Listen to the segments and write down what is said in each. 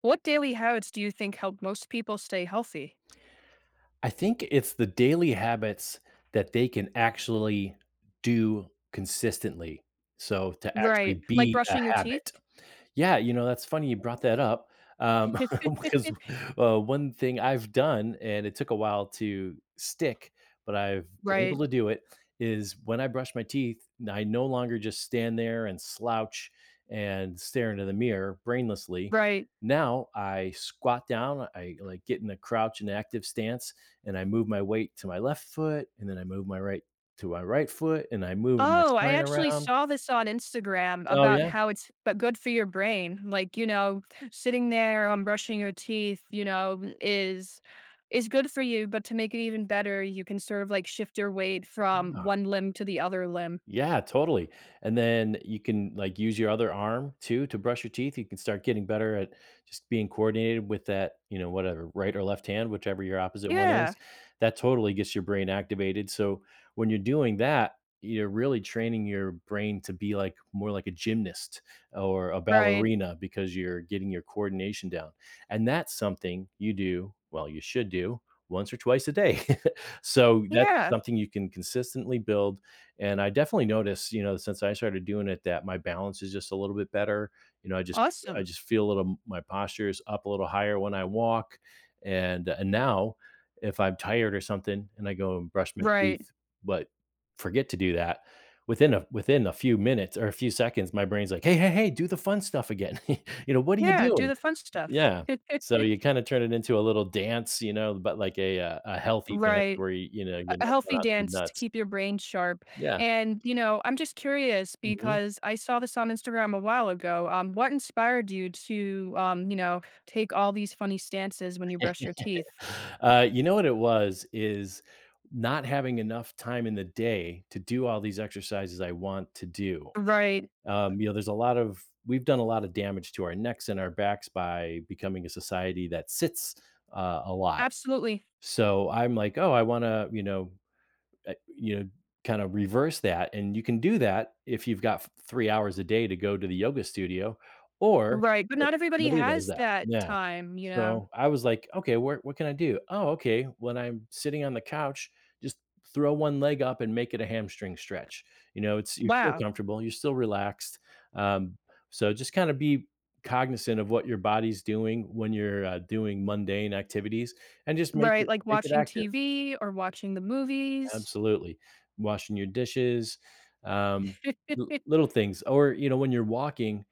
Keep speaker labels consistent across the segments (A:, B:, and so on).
A: What daily habits do you think help most people stay healthy?
B: I think it's the daily habits that they can actually do consistently. So to
A: Right.
B: actually
A: Like
B: be a
A: brushing your teeth?
B: habit. Yeah, you know, that's funny you brought that up, um, because, one thing I've done, and it took a while to stick, but I've been able
A: Right.
B: to do it, is when I brush my teeth, I no longer just stand there and slouch and stare into the mirror brainlessly.
A: Right.
B: Now I squat down, I, like, get in a crouch and active stance, and I move my weight to my left foot, and then I move my right to my right foot, and I move my
A: Oh, I
B: spine
A: actually
B: around.
A: saw this on Instagram
B: Oh,
A: about
B: yeah.
A: how it's but good for your brain. Like, you know, sitting there on brushing your teeth, you know, is good for you, but to make it even better, you can sort of like shift your weight from one limb to the other limb.
B: Yeah, totally. And then you can like use your other arm too to brush your teeth. You can start getting better at just being coordinated with that, you know, whatever, right or left hand, whichever your opposite one
A: Yeah.
B: is. That totally gets your brain activated. So when you're doing that, you're really training your brain to be like more like a gymnast or a
A: Right.
B: ballerina because you're getting your coordination down. And that's something you do, well, you should do once or twice a day. So that's
A: Yeah.
B: something you can consistently build, and I definitely noticed, you know, since I started doing it that my balance is just a little bit better. You know, I just I
A: Awesome.
B: just feel a little my posture is up a little higher when I walk. And now if I'm tired or something and I go and brush my
A: Right.
B: teeth, but forget to do that, within a few minutes or a few seconds, my brain's like, hey, hey, hey, do the fun stuff again. You know, what are you
A: Yeah. Do
B: doing?
A: the fun stuff.
B: Yeah. So you kind of turn it into a little dance, you know, but like a healthy dance
A: Right.
B: where you know, you're
A: A
B: not going
A: healthy
B: out too
A: dance to
B: nuts.
A: keep your brain sharp.
B: Yeah.
A: And, you know, I'm just curious
B: Mhm.
A: because I saw this on Instagram a while ago. What inspired you to, you know, take all these funny stances when you brush your teeth?
B: You know what it was, is not having enough time in the day to do all these exercises I want to do.
A: Right.
B: You know, there's a lot of we've done a lot of damage to our necks and our backs by becoming a society that sits, a lot.
A: Absolutely.
B: So I'm like, "Oh, I wanna," you know, uh, you know, kind of reverse that. And you can do that if you've got 3 hours a day to go to the yoga studio, or
A: Right. But
B: but
A: not everybody
B: nobody does
A: has
B: that.
A: that
B: Yeah.
A: time, you know?
B: So I was like, okay, where, what can I do? Oh, okay. When I'm sitting on the couch, just throw one leg up and make it a hamstring stretch. You know, it's you're still
A: Wow.
B: comfortable, you're still relaxed. Um, so just kind of be cognizant of what your body's doing when you're doing mundane activities, and just make
A: Right.
B: it
A: Like
B: make it
A: watching
B: active.
A: TV or watching the movies.
B: Absolutely. Washing your dishes, um, l little things, or, you know, when you're walking,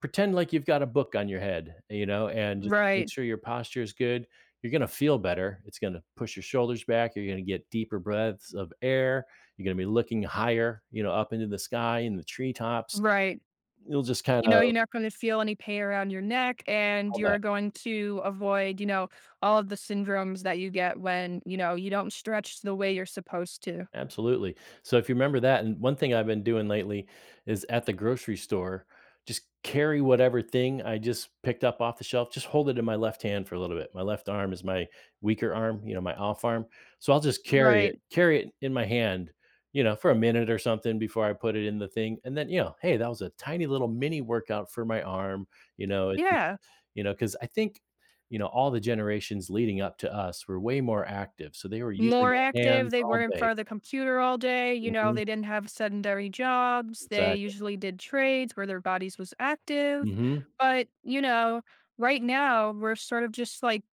B: pretend like you've got a book on your head, you know, and just make
A: Right.
B: sure your posture is good. You're gonna feel better. It's gonna push your shoulders back. You're gonna get deeper breaths of air. You're gonna be looking higher, you know, up into the sky and the treetops.
A: Right.
B: You'll just
A: You
B: kinda
A: know, you're not gonna feel any pain around your neck, and
B: all that.
A: you're going to avoid, you know, all of the syndromes that you get when, you know, you don't stretch the way you're supposed to.
B: Absolutely. So if you remember that, and one thing I've been doing lately is at the grocery store, just carry whatever thing I just picked up off the shelf, just hold it in my left hand for a little bit. My left arm is my weaker arm, you know, my off arm. So I'll just
A: Right.
B: carry it in my hand, you know, for a minute or something before I put it in the thing. And then, you know, hey, that was a tiny little mini workout for my arm, you know, it,
A: Yeah.
B: you know, because I think, you know, all the generations leading up to us were way more active. So they were using
A: More
B: their
A: active,
B: hands
A: they
B: all
A: weren't in
B: day.
A: front of the computer all day, you know,
B: Mm-hmm.
A: they didn't have sedentary jobs, they
B: Exactly.
A: usually did trades where their bodies was active,
B: Mhm.
A: but, you know, right now, we're sort of just, like,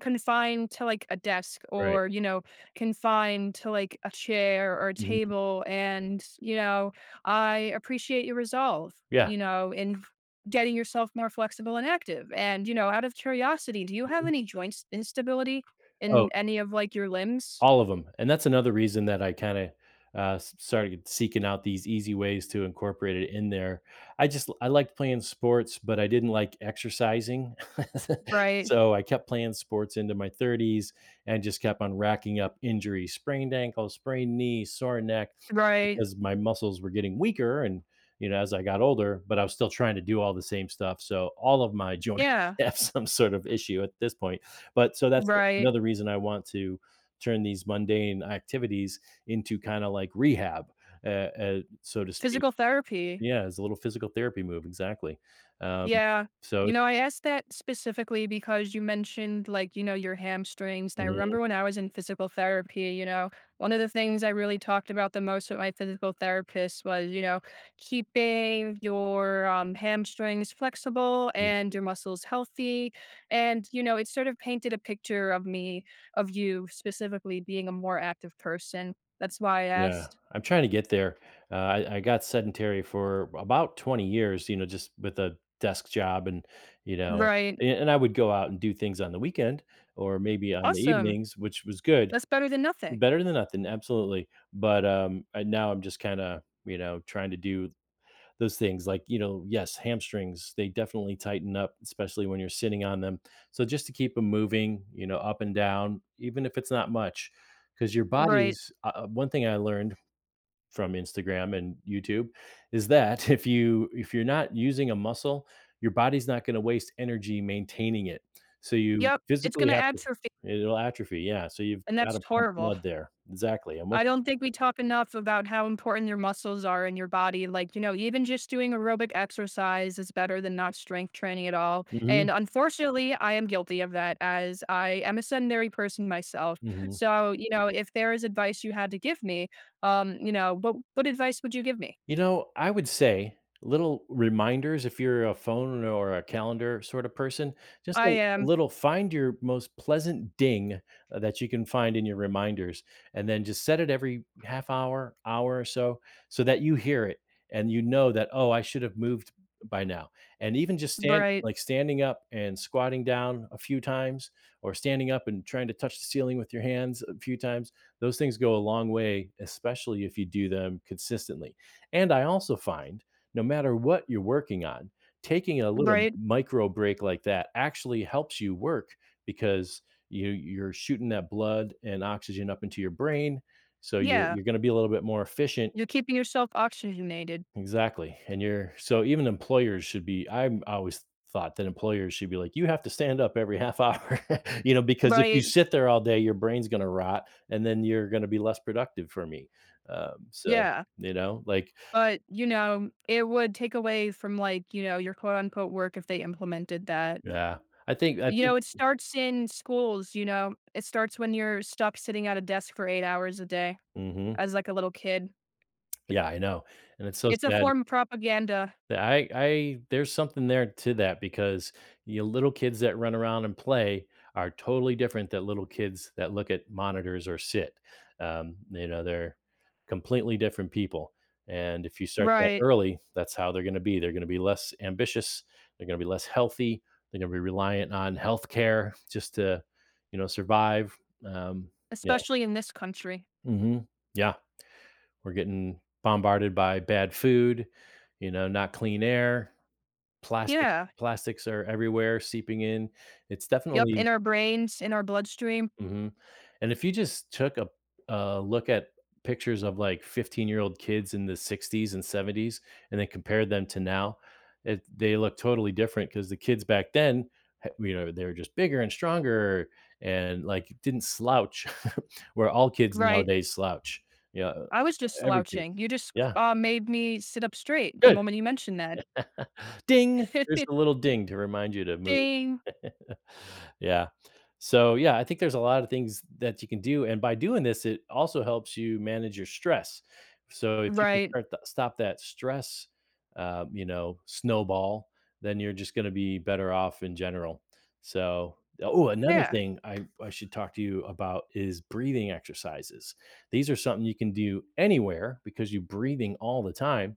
A: confined to like a desk
B: Right.
A: or you know confined to like a chair or a
B: Mhm.
A: table and you know I appreciate your resolve,
B: Yeah.
A: you know, in getting yourself more flexible and active. And, you know, out of curiosity, do you have
B: Mhm.
A: any joint instability
B: Oh,
A: in any of like your limbs?
B: all of them, and that's another reason that I kind of started seeking out these easy ways to incorporate it in there. I just I liked playing sports but I didn't like exercising.
A: Right.
B: So I kept playing sports into my 30s and just kept on racking up injuries, sprained ankle, sprained knee, sore neck,
A: Right.
B: because my muscles were getting weaker and, you know, as I got older, but I was still trying to do all the same stuff, so all of my joints
A: Yeah.
B: have some sort of issue at this point. But so that's
A: Right.
B: another reason I want to turn these mundane activities into kind of like rehab, uh, so to speak.
A: Physical therapy.
B: Yeah, it's a little physical therapy move, exactly. Um,
A: Yeah.
B: so,
A: You
B: it's
A: know, I asked that specifically because you mentioned, like, you know, your hamstrings. And I remember when I was in physical therapy, you know, one of the things I really talked about the most with my physical therapist was, you know, keeping your hamstrings flexible
B: Mhm.
A: and your muscles healthy. And, you know, it sort of painted a picture of me, of you specifically being a more active person. That's why I
B: Yeah,
A: asked.
B: I'm trying to get there. I got sedentary for about 20 years, you know, just with a desk job, and you know,
A: Right.
B: and I would go out and do things on the weekend or maybe on the
A: Awesome.
B: evenings, which was good,
A: That's better than nothing.
B: better than nothing, absolutely. But now I'm just kind of, you know, trying to do those things like, you know, yes, hamstrings, they definitely tighten up, especially when you're sitting on them, so just to keep them moving, you know, up and down, even if it's not much, because your
A: Right.
B: body's one thing I learned from Instagram and YouTube is that if you if you're not using a muscle, your body's not going to waste energy maintaining it, so you
A: Yep. It's
B: physically
A: going to
B: have
A: add
B: to
A: to.
B: it'll atrophy, yeah, so you've
A: And
B: got to
A: that's
B: pump
A: horrible.
B: blood there, exactly, and once
A: I
B: it's,
A: don't think we talk enough about how important your muscles are in your body. Like, you know, even just doing aerobic exercise is better than not strength training at all.
B: Mhm,
A: And unfortunately, I am guilty of that as I am a sedentary person myself.
B: mhm.
A: So, you know, if there is advice you had to give me, you know, what advice would you give me?
B: You know, I would say little reminders if you're a phone or a calendar sort of person, just
A: I
B: a
A: am.
B: little find your most pleasant ding that you can find in your reminders and then just set it every half hour, hour or so, so that you hear it and you know that, oh, I should have moved by now. And even just stand
A: Right,
B: like standing up and squatting down a few times or standing up and trying to touch the ceiling with your hands a few times, those things go a long way, especially if you do them consistently, and I also find no matter what you're working on, taking a little
A: right.
B: micro break like that actually helps you work because you're shooting that blood and oxygen up into your brain, so you're
A: Yeah.
B: you're gonna be a little bit more efficient.
A: You're keeping yourself oxygenated.
B: Exactly, and you're so even employers should be I always thought that employers should be like, "You have to stand up every half hour," you know, because if you
A: Right.
B: sit there all day, your brain's gonna rot, and then you're gonna be less productive for me. So,
A: Yeah.
B: you know, like,
A: But, you know, it would take away from, like, you know, your quote unquote work if they implemented that.
B: yeah, I think I
A: You
B: think
A: know, it starts in schools, you know? It starts when you're stuck sitting at a desk for 8 hours a day
B: Mhm.
A: as, like, a little kid.
B: Yeah, I know, and it's so
A: It's a
B: sad
A: form of propaganda.
B: that I there's something there to that because, you know, little kids that run around and play are totally different than little kids that look at monitors or sit. You know, they're completely different people, and if you start that
A: Right.
B: early, that's how they're gonna be. They're gonna be less ambitious, they're gonna be less healthy, they're gonna be reliant on healthcare just to, you know, survive. Um, yeah.
A: Especially in this country.
B: Mhm. Yeah. We're getting bombarded by bad food, you know, not clean air, plastic
A: Yeah.
B: plastics are everywhere seeping in. It's
A: Yep,
B: definitely
A: in our brains, in our bloodstream.
B: mhm. And if you just took a look at pictures of, like, 15-year-old kids in the '60s and '70s and then compared them to now, it they look totally different. Because the kids back then, ha you know, they were just bigger and stronger and, like, didn't slouch, where all kids
A: Right.
B: nowadays slouch. Yeah,
A: I was just
B: every kid.
A: slouching. You just,
B: Yeah.
A: made me sit up straight the
B: Good.
A: moment you mentioned that.
B: Ding! There's a little ding to remind you to move.
A: Ding.
B: Yeah. So, yeah, I think there's a lot of things that you can do, and by doing this, it also helps you manage your stress. So, if you can
A: Right.
B: start th stop that stress, you know, snowball, then you're just gonna be better off in general. So oh, another
A: Yeah.
B: thing I should talk to you about is breathing exercises. These are something you can do anywhere because you're breathing all the time,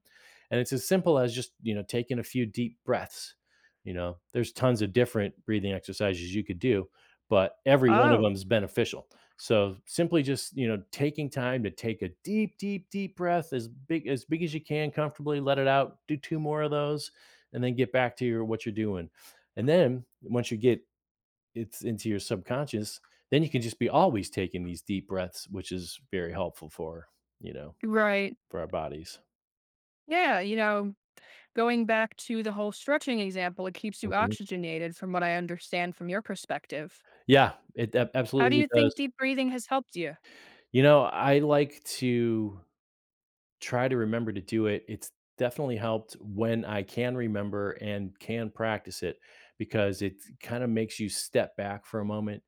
B: and it's as simple as just, you know, taking a few deep breaths. You know, there's tons of different breathing exercises you could do, but every one of
A: Oh,
B: them is beneficial. So simply just, you know, taking time to take a deep, deep, deep breath as big as you can comfortably, let it out, do two more of those, and then get back to your what you're doing. And then once you get it's into your subconscious, then you can just be always taking these deep breaths, which is very helpful for, you know,
A: right.
B: for our bodies.
A: Yeah, you know, going back to the whole stretching example, it keeps you
B: Mhm.
A: oxygenated from what I understand from your perspective.
B: Yeah, it
A: How do
B: absolutely
A: you think
B: does.
A: deep breathing has helped you?
B: I like to try to remember to do it. It's definitely helped when I can remember and can practice it because it kind of makes you step back for a moment,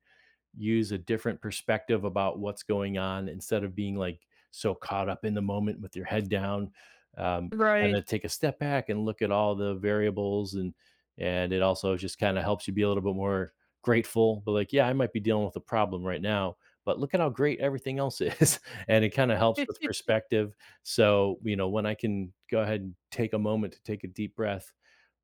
B: use a different perspective about what's going on instead of being like so caught up in the moment with your head down. Um, Kind
A: Right.
B: of take a step back and look at all the variables, and it also just kind of helps you be a little bit more grateful. But like, yeah, I might be dealing with a problem right now, but look at how great everything else is. And it kind of helps with perspective. So, when I can go ahead and take a moment to take a deep breath,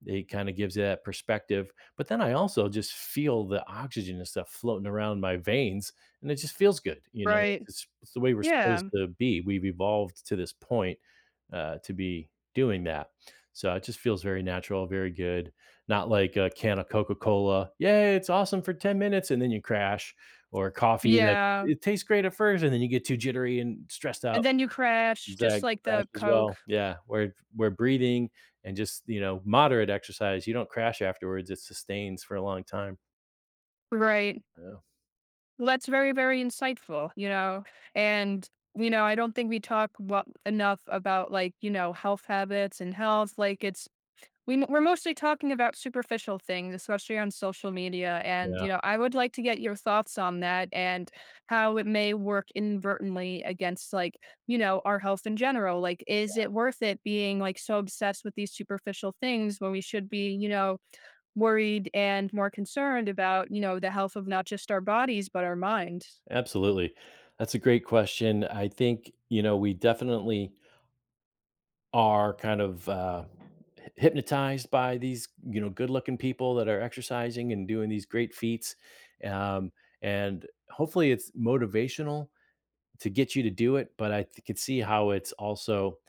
B: it kind of gives you that perspective, but then I also just feel the oxygen and stuff floating around my veins, and it just feels good.
A: Right.
B: It's the way we're supposed
A: Yeah.
B: to be. We've evolved to this point, to be doing that. So it just feels very natural, very good. Not like a can of Coca-Cola, "Yay, it's awesome for 10 minutes," and then you crash, or coffee that
A: Yeah.
B: it tastes great at first, and then you get too jittery and stressed
A: And
B: out.
A: then you crash just
B: Zag
A: like
B: crash
A: the
B: as
A: coke.
B: well. Yeah, where breathing and just, moderate exercise, you don't crash afterwards, it sustains for a long time.
A: Right.
B: Yeah.
A: Well, that's very very insightful, you know. And you know, I don't think we talk enough about like, you know, health habits and health like it's we we're mostly talking about superficial things, especially on social media. And,
B: Yeah,
A: you know, I would like to get your thoughts on that and how it may work inadvertently against, like, you know, our health in general. Like, is it worth it being like so obsessed with these superficial things when we should be, you know, worried and more concerned about, you know, the health of not just our bodies, but our minds?
B: absolutely. That's a great question. I think, we definitely are kind of, hy hypnotized by these, good-looking people that are exercising and doing these great feats, um, and hopefully it's motivational to get you to do it, but could see how it's also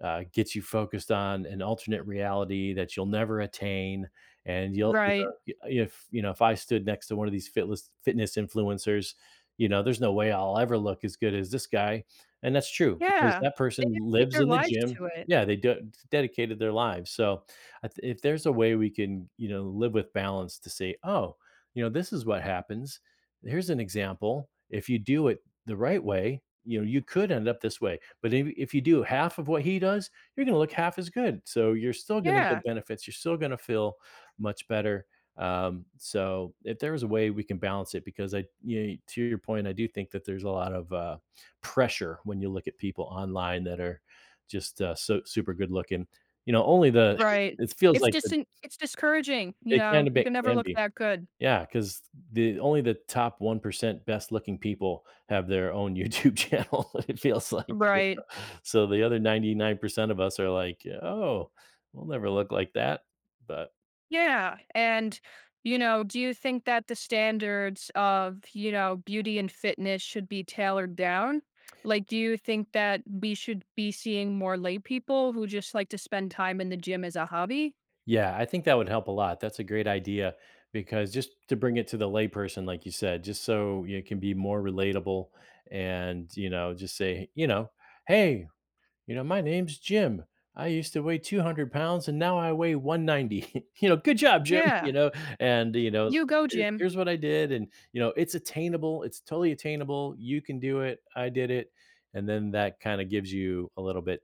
B: gets you focused on an alternate reality that you'll never attain. And you'll,
A: Right.
B: if if I stood next to one of these fitness influencers, there's no way I'll ever look as good as this guy, and that's true because
A: Yeah.
B: that person
A: Keep
B: lives
A: their
B: in the
A: lives
B: gym.
A: to it.
B: Yeah, they dedicated their lives. So, if there's a way we can, live with balance to say, oh, this is what happens. Here's an example. If you do it the right way, you could end up this way. But if you do half of what he does, you're going to look half as good. So you're still going to get
A: Yeah.
B: benefits. You're still going to feel much better. So if there is a way we can balance it, because I, to your point, I do think that there's a lot of pressure when you look at people online that are just so super good looking. You know, only the
A: Right.
B: it feels
A: It's
B: like the,
A: just, it's discouraging. You
B: it
A: know, you can never
B: can
A: look
B: be
A: that good.
B: yeah, because the only the top 1% best looking people have their own YouTube channel, it feels like. Yeah.
A: Right.
B: So the other 99% of us are like, oh, we'll never look like that. But
A: Yeah. And, you know, do you think that the standards of, you know, beauty and fitness should be tailored down? Like, do you think that we should be seeing more lay people who just like to spend time in the gym as a hobby?
B: yeah, I think that would help a lot. That's a great idea because just to bring it to the layperson, like you said, just so it can be more relatable and, just say, hey, you know, my name's Jim. I used to weigh 200 pounds and now I weigh 190. You know, good job, Jim. You
A: Yeah.
B: know, and,
A: You go,
B: "Here-
A: Jim.
B: here's what I did. And, it's attainable. It's totally attainable. You can do it. I did it. And then that kind of gives you a little bit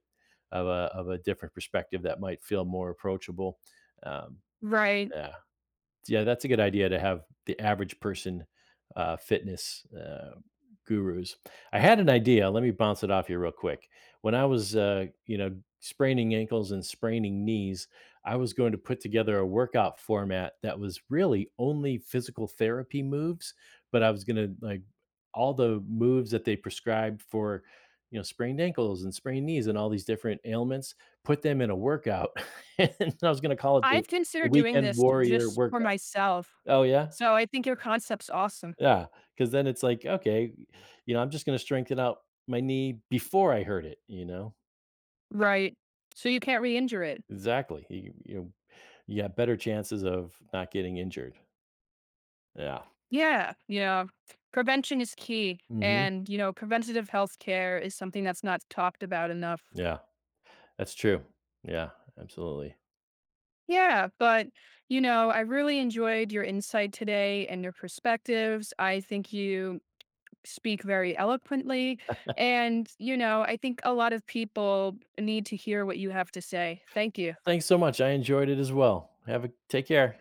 B: of a different perspective that might feel more approachable. Um,
A: Right.
B: yeah yeah, that's a good idea to have the average person fitness gurus. I had an idea. Let me bounce it off you real quick. When I was, spraining ankles and spraining knees, I was going to put together a workout format that was really only physical therapy moves, but I was going to like all the moves that they prescribed for, sprained ankles and sprained knees and all these different ailments, put them in a workout. And I was going to call it the
A: I've considered doing
B: Weekend
A: this
B: Warrior
A: just for
B: workout.
A: myself.
B: Oh, yeah?
A: So I think your concept's awesome.
B: Yeah. Because then it's like, "Okay, I'm just gonna strengthen out my knee before I hurt it," you know?
A: Right. So you can't re injure it.
B: Exactly, you know, you have better chances of not getting injured. Yeah.
A: Yeah, yeah. Prevention is key.
B: Mhm.
A: And, you know, preventative health care is something that's not talked about enough.
B: Yeah, that's true. Yeah, absolutely.
A: Yeah, but, you know, I really enjoyed your insight today and your perspectives. I think you speak very eloquently. And, you know, I think a lot of people need to hear what you have to say. Thank you.
B: Thanks so much, I enjoyed it as well. Have a take care.